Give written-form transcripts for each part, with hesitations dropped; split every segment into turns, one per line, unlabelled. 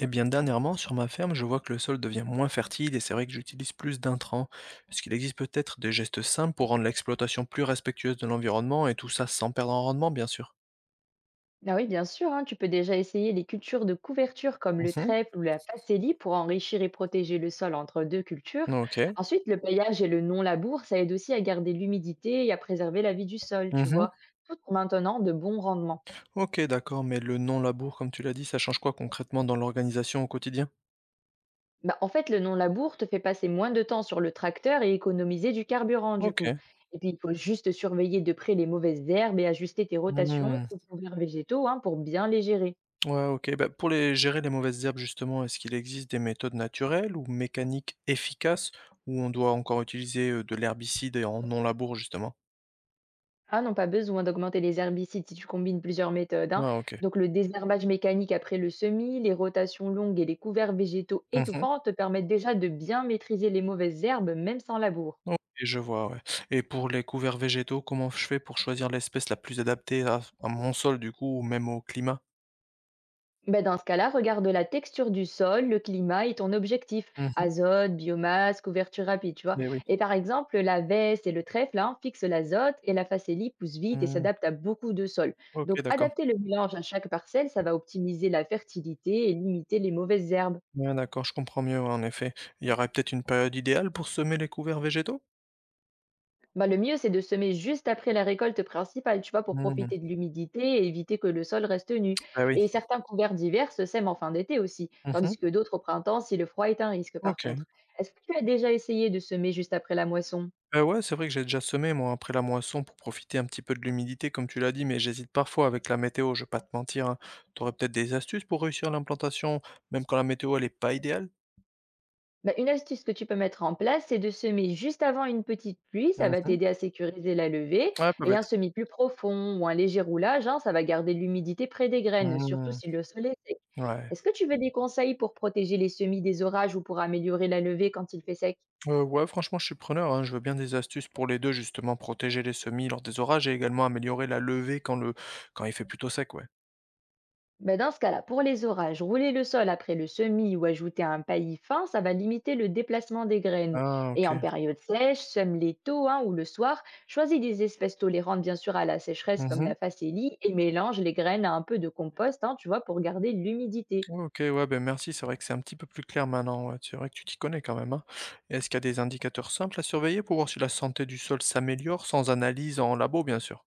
Eh bien, dernièrement, sur ma ferme, je vois que le sol devient moins fertile et c'est vrai que j'utilise plus d'intrants. Est-ce qu'il existe peut-être des gestes simples pour rendre l'exploitation plus respectueuse de l'environnement et tout ça sans perdre en rendement, bien sûr?
Ah oui, bien sûr, hein, tu peux déjà essayer les cultures de couverture comme le
Mhm.
trèfle ou la facélie pour enrichir et protéger le sol entre deux cultures.
Ok.
Ensuite, le paillage et le non-labour, ça aide aussi à garder l'humidité et à préserver la vie du sol, tu
Mhm.
vois, tout en maintenant de bons rendements.
Ok, d'accord, mais le non-labour, comme tu l'as dit, ça change quoi concrètement dans l'organisation au quotidien?
Bah, en fait, le non-labour te fait passer moins de temps sur le tracteur et économiser du carburant, du
Ok.
coup. Et puis, il faut juste surveiller de près les mauvaises herbes et ajuster tes rotations
Hmm.
ou couverts végétaux, hein, pour bien les gérer.
Ouais, ok. Bah, pour les gérer, les mauvaises herbes, justement, est-ce qu'il existe des méthodes naturelles ou mécaniques efficaces où on doit encore utiliser de l'herbicide et en non-labour, justement?
Ah non, pas besoin d'augmenter les herbicides si tu combines plusieurs méthodes, hein.
Ah, ok.
Donc le désherbage mécanique après le semis, les rotations longues et les couverts végétaux étouffants te permettent déjà de bien maîtriser les mauvaises herbes même sans labour.
OK, je vois, ouais, et pour les couverts végétaux, comment je fais pour choisir l'espèce la plus adaptée à mon sol du coup ou même au climat?
Ben, dans ce cas-là, regarde la texture du sol, le climat et ton objectif.
Mmh mh,
Azote, biomasse, couverture rapide, tu vois.
oui.
Et par exemple, la veste et le trèfle, hein, fixent l'azote, et la facélie pousse vite et
Mmh.
s'adapte à beaucoup de sols.
OK,
Donc
d'accord.
adapter le mélange à chaque parcelle, ça va optimiser la fertilité et limiter les mauvaises herbes.
Ouais, d'accord, je comprends mieux, ouais, en effet. Il y aurait peut-être une période idéale pour semer les couverts végétaux?
Bah, le mieux, c'est de semer juste après la récolte principale, tu vois, pour
Mmh.
profiter de l'humidité et éviter que le sol reste nu.
Bah, oui.
Et certains couverts d'hiver se sèment en fin d'été aussi, tandis
Mmh.
que d'autres au printemps si le froid est un risque par
OK.
contre. Est-ce que tu as déjà essayé de semer juste après la moisson?
Bah, ouais, c'est vrai que j'ai déjà semé moi après la moisson pour profiter un petit peu de l'humidité comme tu l'as dit, mais j'hésite parfois avec la météo, je vais pas te mentir, hein. Tu peut-être des astuces pour réussir l'implantation même quand la météo elle est pas idéale?
Bah, une astuce que tu peux mettre en place, c'est de semer juste avant une petite pluie, ça va
Mmh.
t'aider à sécuriser la levée,
Ouais, pas
et un
bête.
semis plus profond ou un léger roulage, hein, ça va garder l'humidité près des graines, surtout
Mmh.
si le sol est sec.
Ouais.
Est-ce que tu veux des conseils pour protéger les semis des orages ou pour améliorer la levée quand il fait sec?
Ouais, franchement, je suis preneur, hein. Je veux bien des astuces pour les 2, justement, protéger les semis lors des orages et également améliorer la levée quand le quand il fait plutôt sec, ouais.
Ben, dans ce cas-là, pour les orages, rouler le sol après le semis ou ajouter un paillis fin, ça va limiter le déplacement des graines.
Ah,
Et en
OK.
période sèche, sème-les tôt, hein, ou le soir, choisis des espèces tolérantes bien sûr à la sécheresse comme la
Mmh.
facélie et mélange les graines à un peu de compost, hein, tu vois, pour garder l'humidité.
Ouais, OK, ouais, ben, merci, c'est vrai que c'est un petit peu plus clair maintenant, ouais. C'est vrai que tu t'y connais quand même, hein. Et est-ce qu'il y a des indicateurs simples à surveiller pour voir si la santé du sol s'améliore sans analyse en labo, bien sûr?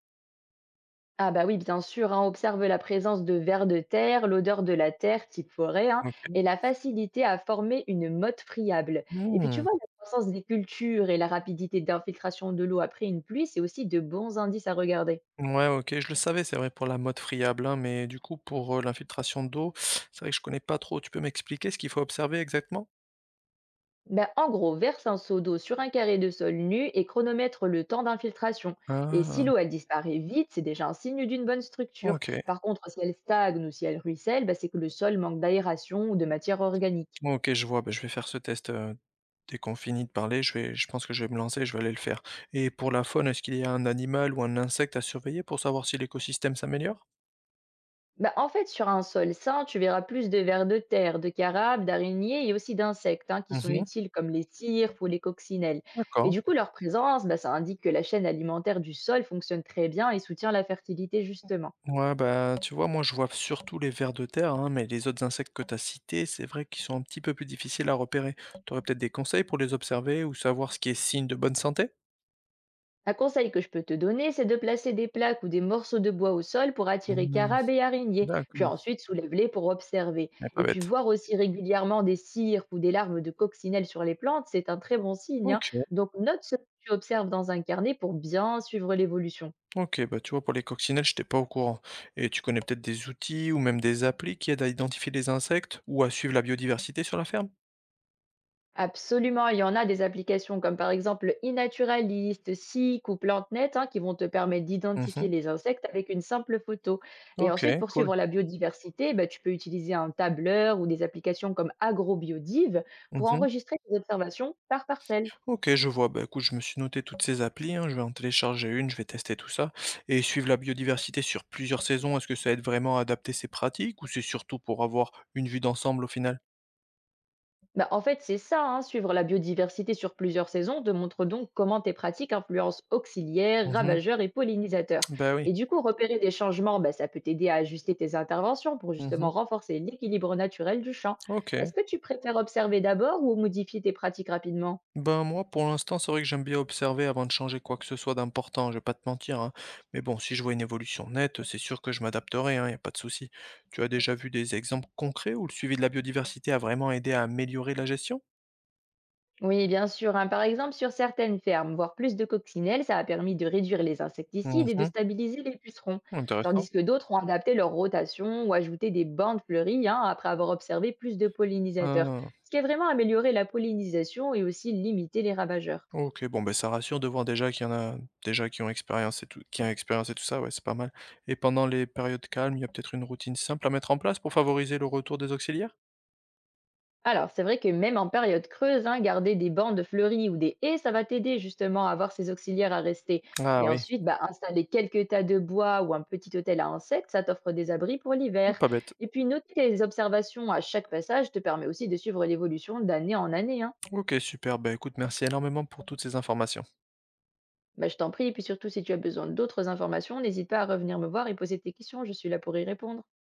Ah bah oui, bien sûr, hein, observe la présence de vers de terre, l'odeur de la terre type forêt, hein, et
OK.
la facilité à former une motte friable. Et puis tu
Mmh.
vois, la croissance des cultures et la rapidité d'infiltration de l'eau après une pluie, c'est aussi de bons indices à regarder.
Ouais, OK, je le savais, c'est vrai pour la mode friable, hein, mais du coup pour, l'infiltration d'eau, c'est vrai que je connais pas trop. Tu peux m'expliquer ce qu'il faut observer exactement?
Bah, en gros, verse un seau d'eau sur un carré de sol nu et chronomètre le temps d'infiltration. Et si
Ah.
l'eau elle disparaît vite, c'est déjà un signe d'une bonne structure.
OK.
Par contre, si elle stagne ou si elle ruisselle, bah, c'est que le sol manque d'aération ou de matière organique.
OK, je vois, bah, je vais faire ce test, dès qu'on finit de parler, je pense que je vais me lancer, je vais aller le faire. Et pour la faune, est-ce qu'il y a un animal ou un insecte à surveiller pour savoir si l'écosystème s'améliore?
Bah, en fait, sur un sol sain, tu verras plus de vers de terre, de carabes, d'araignées et aussi d'insectes, hein, qui sont
Mmh.
utiles comme les cirpes ou les coccinelles. Et
D'accord.
du coup, leur présence, bah, ça indique que la chaîne alimentaire du sol fonctionne très bien et soutient la fertilité justement.
Ouais, bah, tu vois, moi, je vois surtout les vers de terre, hein, mais les autres insectes que tu as cités, c'est vrai qu'ils sont un petit peu plus difficiles à repérer. Tu aurais peut-être des conseils pour les observer ou savoir ce qui est signe de bonne santé?
Un conseil que je peux te donner, c'est de placer des plaques ou des morceaux de bois au sol pour attirer carabes
Mmh,
et araignées, puis
d'accord.
ensuite soulève-les pour observer.
Eh, pas
Et puis
bête.
voir aussi régulièrement des cirques ou des larves de coccinelles sur les plantes, c'est un très bon signe, hein.
OK.
Donc note ce que tu observes dans un carnet pour bien suivre l'évolution.
OK, bah, tu vois, pour les coccinelles, j'étais pas au courant. Et tu connais peut-être des outils ou même des applis qui aident à identifier les insectes ou à suivre la biodiversité sur la ferme?
Absolument, il y en a des applications comme par exemple iNaturalist, Seek ou PlantNet, hein, qui vont te permettre d'identifier
Mmh.
les insectes avec une simple photo. Et ensuite,
OK,
pour
cool.
suivre la biodiversité, bah, tu peux utiliser un tableur ou des applications comme AgroBiodive pour
Mmh.
enregistrer tes observations par parcelle.
OK, je vois. Bah, écoute, je me suis noté toutes ces applis, hein, je vais en télécharger une, je vais tester tout ça. Et suivre la biodiversité sur plusieurs saisons, est-ce que ça aide vraiment à adapter ses pratiques ou c'est surtout pour avoir une vue d'ensemble au final?
Bah, en fait, c'est ça, hein, suivre la biodiversité sur plusieurs saisons te montre donc comment tes pratiques influencent auxiliaires,
Mmh.
ravageurs et pollinisateurs.
Bah, oui.
Et du coup, repérer des changements, bah, ça peut t'aider à ajuster tes interventions pour justement
Mmh.
renforcer l'équilibre naturel du champ.
OK.
Est-ce que tu préfères observer d'abord ou modifier tes pratiques rapidement?
Ben moi, pour l'instant, c'est vrai que j'aime bien observer avant de changer quoi que ce soit d'important, je vais pas te mentir, hein. Mais bon, si je vois une évolution nette, c'est sûr que je m'adapterai, hein, y a pas de souci. Tu as déjà vu des exemples concrets où le suivi de la biodiversité a vraiment aidé à améliorer la gestion?
Oui, bien sûr, hein. Par exemple, sur certaines fermes, voir plus de coccinelles, ça a permis de réduire les insecticides et de
Mhm,
stabiliser les pucerons, tandis
intéressant.
que d'autres ont adapté leur rotation ou ajouté des bandes fleuries, hein, après avoir observé plus de pollinisateurs,
Ah,
ce qui a vraiment amélioré la pollinisation et aussi limité les ravageurs.
ok, bon, ben ça rassure de voir déjà qu'il y en a déjà qui ont expérience et tout, qui ont expérience et tout ça, ouais, c'est pas mal. Et pendant les périodes calmes, il y a peut-être une routine simple à mettre en place pour favoriser le retour des auxiliaires?
Alors, c'est vrai que même en période creuse, hein, garder des bandes fleuries ou des haies, ça va t'aider justement à avoir ces auxiliaires à rester.
Ah
Et
oui,
ensuite, bah, installer quelques tas de bois ou un petit hôtel à insectes, ça t'offre des abris pour l'hiver.
pas bête.
Et puis, noter tes observations à chaque passage te permet aussi de suivre l'évolution d'année en année, hein.
OK, super. Bah, écoute, merci énormément pour toutes ces informations.
Bah, je t'en prie, et puis surtout, si tu as besoin d'autres informations, n'hésite pas à revenir me voir et poser tes questions, je suis là pour y répondre.